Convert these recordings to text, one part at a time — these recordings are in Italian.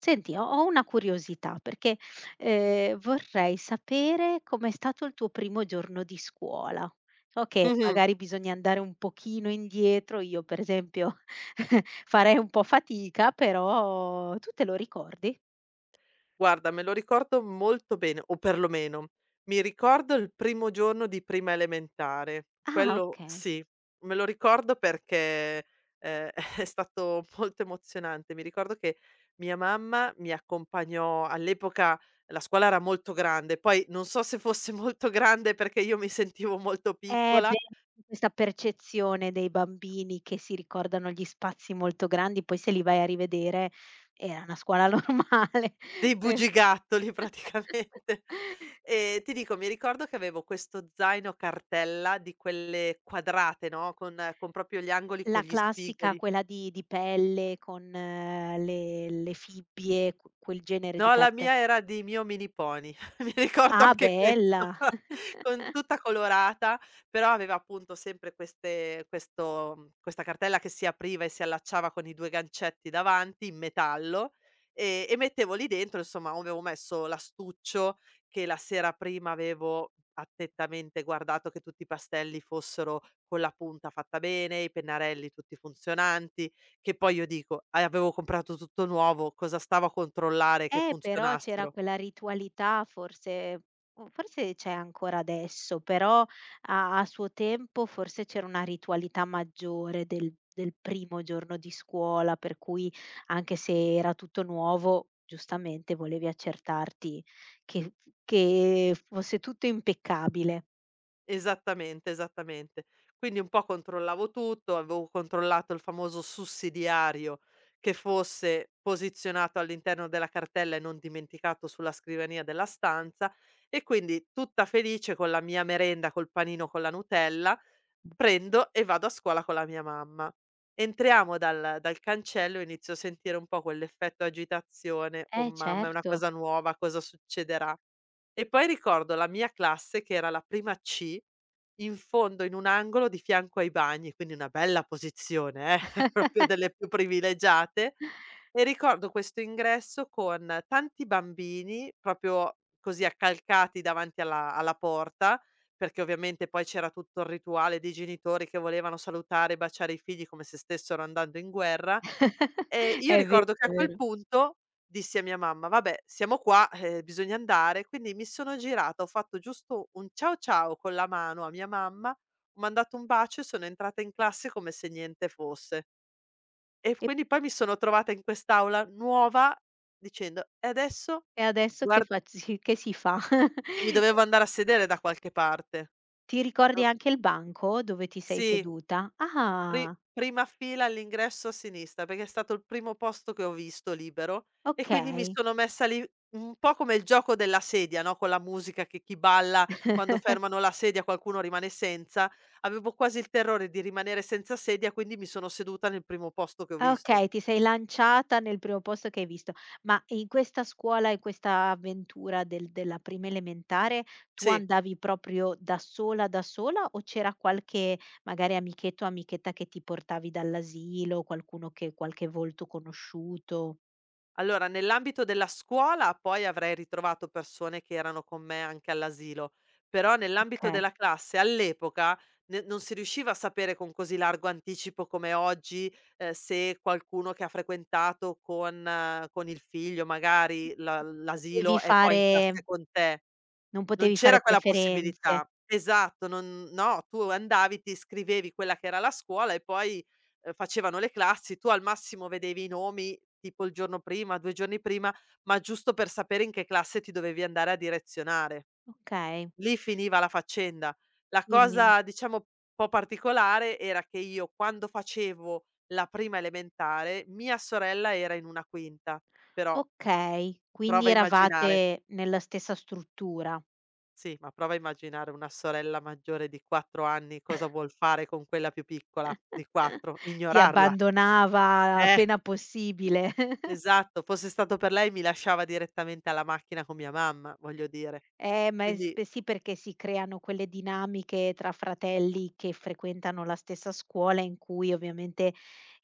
Senti, ho una curiosità perché vorrei sapere com'è stato il tuo primo giorno di scuola. So che Mh-mh. magari bisogna andare un pochino indietro, io per esempio farei un po' fatica, però tu te lo ricordi? Guarda, me lo ricordo molto bene, o perlomeno mi ricordo il primo giorno di prima elementare. Ah, Quello okay. sì, me lo ricordo perché, ehm, è stato molto emozionante. Mi ricordo che mia mamma mi accompagnò. All'epoca la scuola era molto grande, poi non so se fosse molto grande perché io mi sentivo molto Eh piccola. beh, questa percezione dei bambini che si ricordano gli spazi molto grandi, poi se li vai a rivedere era una scuola normale. Dei Per bugigattoli praticamente. E ti dico, mi ricordo che avevo questo zaino cartella di quelle quadrate, no, con proprio gli angoli con la gli classica, spigoli. quella di pelle con le fibbie, q quel genere di No, la carte. mia era dei Mio Mini Pony, mi ricordo Ah, anche questo, bella! con tutta colorata, però aveva appunto sempre queste questo mhmm, questa cartella che si apriva e si allacciava con i 2 gancetti davanti in metallo, e mettevo lì dentro insomma, avevo messo l'astuccio che la sera prima avevo attentamente guardato che tutti i pastelli fossero con la punta fatta bene, i pennarelli tutti funzionanti, che poi io dico: avevo comprato tutto nuovo, cosa stavo a controllare che però c'era funzionassero?" quella ritualità forse, o forse c'è ancora adesso, però a suo tempo forse c'era una ritualità maggiore del primo giorno di scuola, per cui anche se era tutto nuovo, giustamente volevi accertarti che fosse tutto impeccabile. Esattamente, esattamente. Quindi un po' controllavo tutto, avevo controllato il famoso sussidiario che fosse posizionato all'interno della cartella e non dimenticato sulla scrivania della stanza, e quindi tutta felice con la mia merenda, col panino con la Nutella, prendo e vado a scuola con la mia mamma. Entriamo dal cancello e inizio a sentire un po' quell'effetto agitazione: "Oh Eh mamma, è una certo, cosa nuova, cosa succederà?" E poi ricordo la mia classe che era la prima C, in fondo in un angolo di fianco ai bagni, quindi una bella posizione, proprio delle più privilegiate. E ricordo questo ingresso con tanti bambini proprio così accalcati davanti alla porta, perché ovviamente poi c'era tutto il rituale dei genitori che volevano salutare e baciare i figli come se stessero andando in guerra. Ehm, io è vero, ricordo che è a quel vero. punto dissi a mia mamma: "Vabbè, siamo qua, bisogna andare." Quindi mi sono girata, ho fatto giusto un ciao ciao con la mano a mia mamma, ho mandato un bacio e sono entrata in classe come se niente fosse. E E quindi poi mi sono trovata in quest'aula nuova dicendo: "E adesso?" e adesso che Guard fa, che si fa? e mi dovevo andare a sedere da qualche parte. Ti ricordi O anche il banco dove ti sei sì. seduta? Pri Ah, prima fila all'ingresso a sinistra, perché è stato il primo posto che ho visto libero, e quindi mi okay. sono messa lì un po' come il gioco della sedia, no, con la musica che chi balla quando fermano la sedia qualcuno rimane senza. Avevo quasi il terrore di rimanere senza sedia, quindi mi sono seduta nel primo posto che ho Ah, visto. okay, ti sei lanciata nel primo posto che hai visto. Ma in questa scuola, in questa avventura della prima elementare, tu Sì. andavi proprio da sola o c'era qualche magari amichetto o amichetta che ti portavi dall'asilo, qualcuno che, qualche volto conosciuto? Allora, nell'ambito della scuola poi avrei ritrovato persone che erano con me anche all'asilo, però nell'ambito Okay. della classe all'epoca ne non si riusciva a sapere con così largo anticipo come oggi, se qualcuno che ha frequentato con il figlio magari la Potevi l'asilo è poi in fare, classe con te. non Non potevi fare c'era quella preferenze. possibilità. Esatto, non no, tu andavi, ti iscrivevi quella che era la scuola e poi, facevano le classi, tu al massimo vedevi i nomi tipo il giorno prima, 2 giorni prima, ma giusto per sapere in che classe ti dovevi andare a direzionare. Okay. Lì finiva la faccenda. La Quindi cosa diciamo un po' particolare era che io quando facevo la prima elementare, mia sorella era in una quinta, però okay, quindi prova a immaginare. eravate nella stessa struttura. Sì, ma prova a immaginare una sorella maggiore di 4 anni cosa vuol fare con quella più piccola di 4, Ti ignorarla. abbandonava Eh, appena possibile. esatto, fosse stato per lei mi lasciava direttamente alla macchina con mia mamma, voglio dire. Ma è Quindi sp sì, perché si creano quelle dinamiche tra fratelli che frequentano la stessa scuola, in cui ovviamente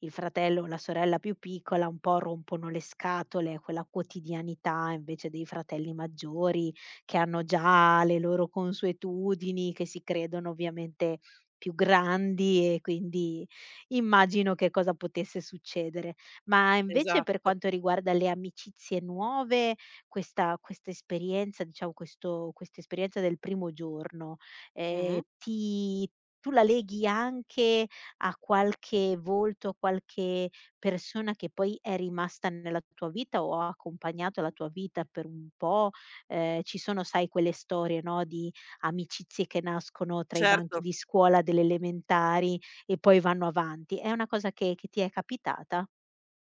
il fratello o la sorella più piccola un po' rompono le scatole a quella quotidianità invece dei fratelli maggiori, che hanno già le loro consuetudini, che si credono ovviamente più grandi e quindi immagino che cosa potesse succedere. Ma invece per esatto, quanto riguarda le amicizie nuove, questa esperienza, diciamo questo questa esperienza del primo giorno, mh-mh, ti, tu la leghi anche a qualche volto, a qualche persona che poi è rimasta nella tua vita o ha accompagnato la tua vita per un po'? Ci sono, sai, quelle storie, no, di amicizie che nascono tra i banchi certo. di scuola delle elementari e poi vanno avanti. È una cosa che ti è capitata?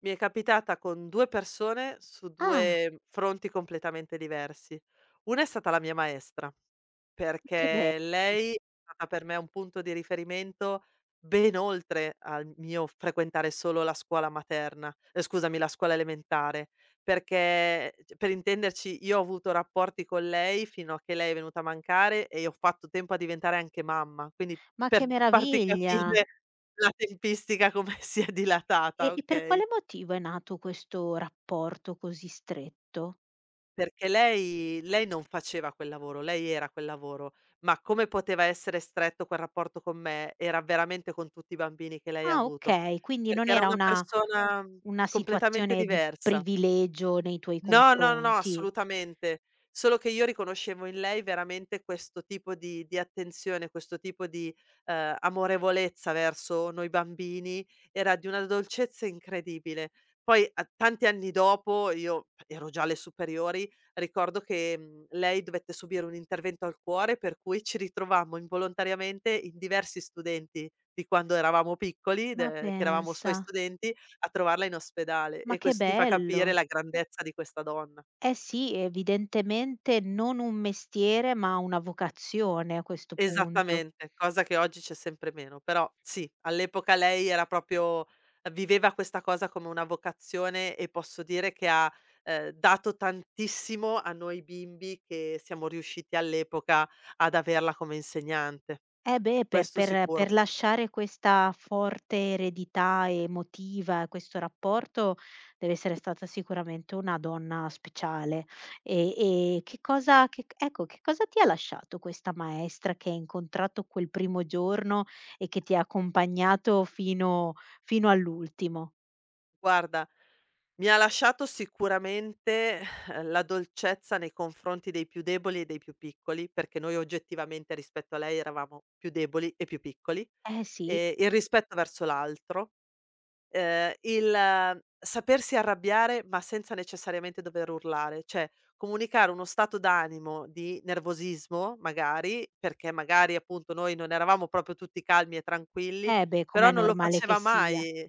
Mi è capitata con 2 persone su Ah, 2 fronti completamente diversi. Una è stata la mia maestra. che bello. Perché lei è stata per me un punto di riferimento ben oltre al mio frequentare solo la scuola materna, scusami, la scuola elementare, perché, c per intenderci, io ho avuto rapporti con lei fino a che lei è venuta a mancare e io ho fatto tempo a diventare anche mamma, quindi Ma che per farti meraviglia! capire la tempistica come si è E dilatata, e per quale okay? motivo è nato questo rapporto così stretto? Perché lei non faceva quel lavoro, lei era quel lavoro, ma come poteva essere stretto quel rapporto con me, era veramente con tutti i bambini che lei ha Ah avuto, okay, quindi non perché era era una una persona una completamente situazione di diversa. privilegio nei tuoi No, no, no, no, confronti. assolutamente. Solo che io riconoscevo in lei veramente questo tipo di attenzione, questo tipo di, amorevolezza verso noi bambini, era di una dolcezza incredibile. Poi a tanti anni dopo, io ero già alle superiori, ricordo che, lei dovette subire un intervento al cuore, per cui ci ritrovammo involontariamente in diversi studenti di quando eravamo piccoli, Ma de che eravamo pensa, suoi studenti, a trovarla in ospedale, ma e che questo ti fa bello. capire la grandezza di questa donna. Eh sì, evidentemente non un mestiere, ma una vocazione a questo punto. Esattamente, cosa che oggi c'è sempre meno, però sì, all'epoca lei era proprio, viveva questa cosa come una vocazione, e posso dire che ha, dato tantissimo a noi bimbi che siamo riusciti all'epoca ad averla come insegnante, Eh beh, per questo per sicuro. per lasciare questa forte eredità emotiva, questo rapporto, deve essere stata sicuramente una donna speciale. E che cosa che, ecco, che cosa ti ha lasciato questa maestra che hai incontrato quel primo giorno e che ti ha accompagnato fino all'ultimo? Guarda, mi ha lasciato sicuramente, la dolcezza nei confronti dei più deboli e dei più piccoli, perché noi oggettivamente rispetto a lei eravamo più deboli e più piccoli, Eh sì, e il rispetto verso l'altro, il sapersi arrabbiare, ma senza necessariamente dover urlare, cioè comunicare uno stato d'animo di nervosismo magari, perché magari appunto noi non eravamo proprio tutti calmi e tranquilli, eh beh, com'è però non lo normale che faceva sia. mai,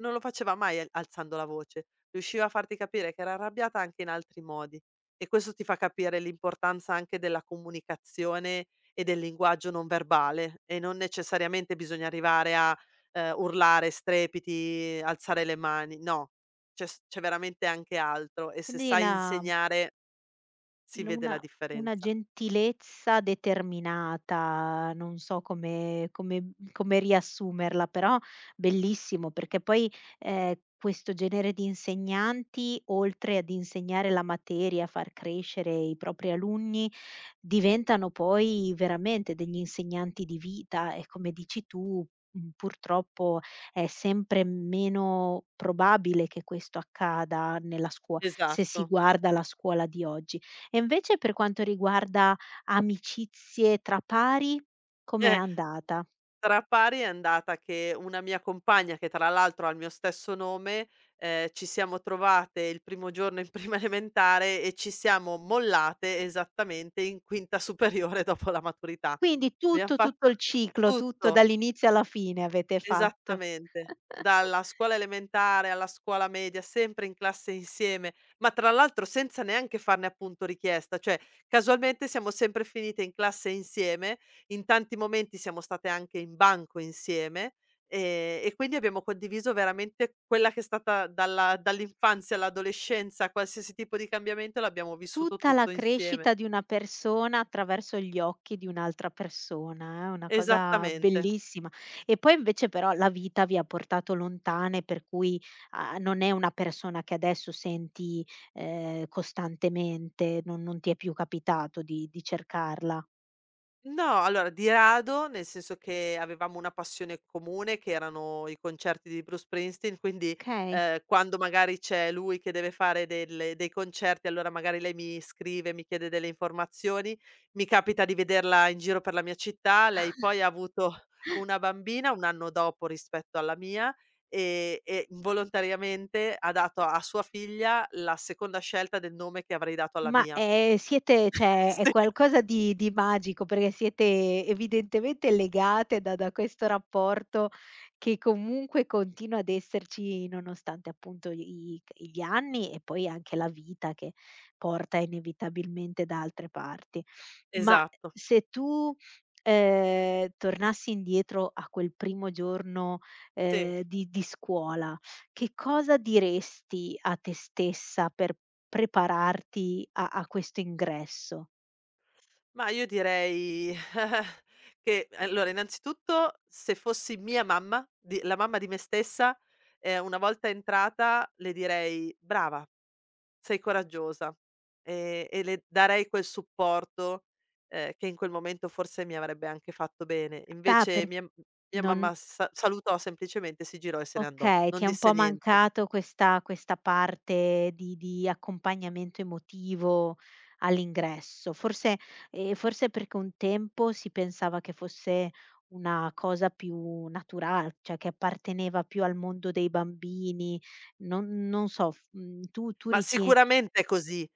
non lo faceva mai al alzando la voce, riusciva a farti capire che era arrabbiata anche in altri modi, e questo ti fa capire l'importanza anche della comunicazione e del linguaggio non verbale, e non necessariamente bisogna arrivare a, urlare, strepiti, alzare le mani, no, c'è veramente anche altro, e se Quindi sai la, insegnare si L vede la una differenza. gentilezza determinata, non so come riassumerla, però bellissimo, perché poi, questo genere di insegnanti, oltre ad insegnare la materia, far crescere i propri alunni, diventano poi veramente degli insegnanti di vita e come dici tu, purtroppo è sempre meno probabile che questo accada nella scuo se si Esatto. guarda la scuola di oggi. E invece per quanto riguarda amicizie tra pari, com'è Eh. andata? Tra pari è andata che una mia compagna, che tra l'altro ha il mio stesso nome, ci siamo trovate il primo giorno in prima elementare e ci siamo mollate esattamente in quinta superiore dopo la maturità. Quindi Abbiam tutto, tutto il fatto ciclo, tutto tutto. dall'inizio alla fine avete fatto. Esattamente. Dalla scuola elementare alla scuola media, sempre in classe insieme, ma tra l'altro senza neanche farne appunto richiesta, cioè casualmente siamo sempre finite in classe insieme, in tanti momenti siamo state anche in banco insieme, e quindi abbiamo condiviso veramente quella che è stata dalla dall'infanzia all'adolescenza, qualsiasi tipo di cambiamento l'abbiamo vissuto Tutta la tutto insieme. crescita di una persona attraverso gli occhi di un'altra persona, è una cosa Esattamente. bellissima. E poi invece però la vita vi ha portato lontane, per cui, non è una persona che adesso senti, costantemente, non ti è più capitato di cercarla. No, allora di rado, nel senso che avevamo una passione comune che erano i concerti di Bruce Springsteen, quindi, Okay. Quando magari c'è lui che deve fare delle dei concerti, allora magari lei mi scrive, mi chiede delle informazioni, mi capita di vederla in giro per la mia città, lei poi ha avuto una bambina 1 anno dopo rispetto alla mia, e involontariamente ha dato a sua figlia la seconda scelta del nome che avrei dato alla Ma, mia. Siete, cioè è Sì. qualcosa di magico, perché siete evidentemente legate da questo rapporto che comunque continua ad esserci nonostante appunto i i c gli anni e poi anche la vita che porta inevitabilmente da altre parti. Ma Esatto, se tu, tornassi indietro a quel primo giorno, sì. Di scuola, che cosa diresti a te stessa per prepararti a questo ingresso. Ma io direi che allora innanzitutto se fossi mia mamma, di la mamma di me stessa, una volta entrata le direi: "Brava, sei coraggiosa", e le darei quel supporto, che in quel momento forse mi avrebbe anche fatto bene. Pa per Invece mia m mia non mamma sa salutò semplicemente, si girò e se ne andò, Okay, ti non è un disse po' niente. mancato questa questa parte di accompagnamento emotivo all'ingresso. Forse forse perché un tempo si pensava che fosse una cosa più natural cioè che apparteneva più al mondo dei bambini, non so, f mhmm, tu tu Ma ritie, sicuramente è così.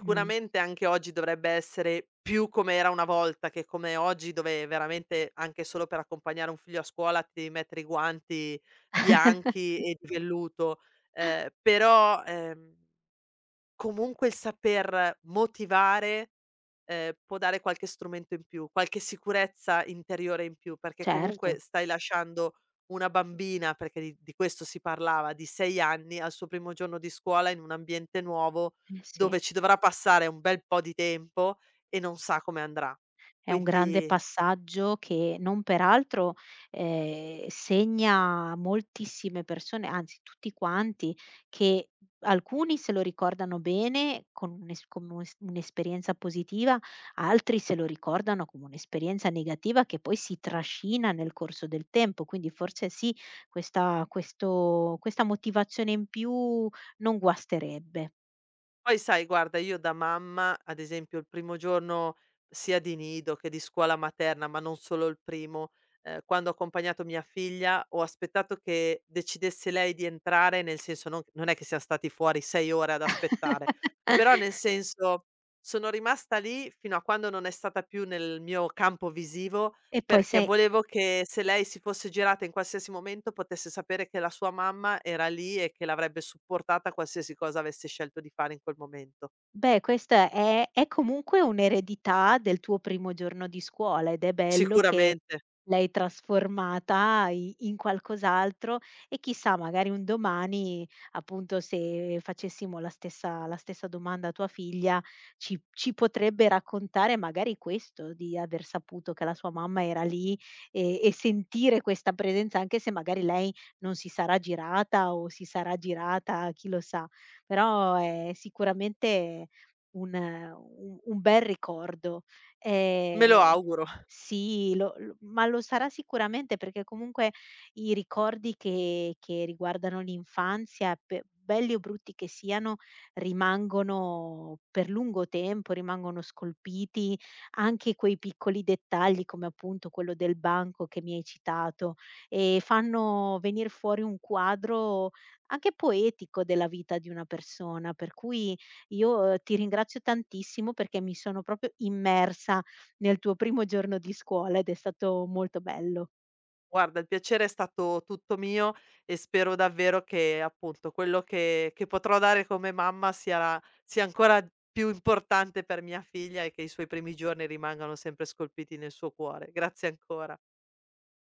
mh, anche oggi dovrebbe essere più come era una volta che come oggi, dove veramente anche solo per accompagnare un figlio a scuola ti devi mettere i guanti bianchi e di velluto. Però, comunque il saper motivare può dare qualche strumento in più, qualche sicurezza interiore in più, perché comunque certo, stai lasciando una bambina, perché di questo si parlava, di 6 anni al suo primo giorno di scuola in un ambiente nuovo, eh sì. dove ci dovrà passare un bel po' di tempo e non sa come andrà. È un grande Quindi. passaggio che, non peraltro, segna moltissime persone, anzi tutti quanti, che alcuni se lo ricordano bene con un'es, un'esperienza positiva, altri se lo ricordano come un'esperienza negativa che poi si trascina nel corso del tempo. Quindi forse sì, questa motivazione in più non guasterebbe. Poi sai guarda, io da mamma, ad esempio il primo giorno sia di nido che di scuola materna, ma non solo il primo, quando ho accompagnato mia figlia ho aspettato che decidesse lei di entrare, nel senso non non è che siam stati fuori 6 ore ad aspettare, però nel senso sono rimasta lì fino a quando non è stata più nel mio campo visivo, E poi perché sai, volevo che se lei si fosse girata in qualsiasi momento potesse sapere che la sua mamma era lì e che l'avrebbe supportata qualsiasi cosa avesse scelto di fare in quel momento. beh, questa è comunque un'eredità del tuo primo giorno di scuola ed è bello che Sicuramente, l'hai trasformata i in qualcos'altro, e chissà magari un domani, appunto, se facessimo la stessa domanda a tua figlia, ci potrebbe raccontare magari questo, di aver saputo che la sua mamma era lì e sentire questa presenza, anche se magari lei non si sarà girata o si sarà girata, chi lo sa. Però è sicuramente un bel ricordo. me lo Ehm auguro. sì, lo sarà sicuramente perché comunque i ricordi che riguardano l'infanzia, pe belli o brutti che siano, rimangono per lungo tempo, rimangono scolpiti, anche quei piccoli dettagli come appunto quello del banco che mi hai citato, e fanno venir fuori un quadro anche poetico della vita di una persona. Per cui io ti ringrazio tantissimo perché mi sono proprio immersa nel tuo primo giorno di scuola ed è stato molto bello. Guarda, il piacere è stato tutto mio, e spero davvero che, appunto, quello che potrò dare come mamma sia ancora più importante per mia figlia e che i suoi primi giorni rimangano sempre scolpiti nel suo cuore. Grazie ancora.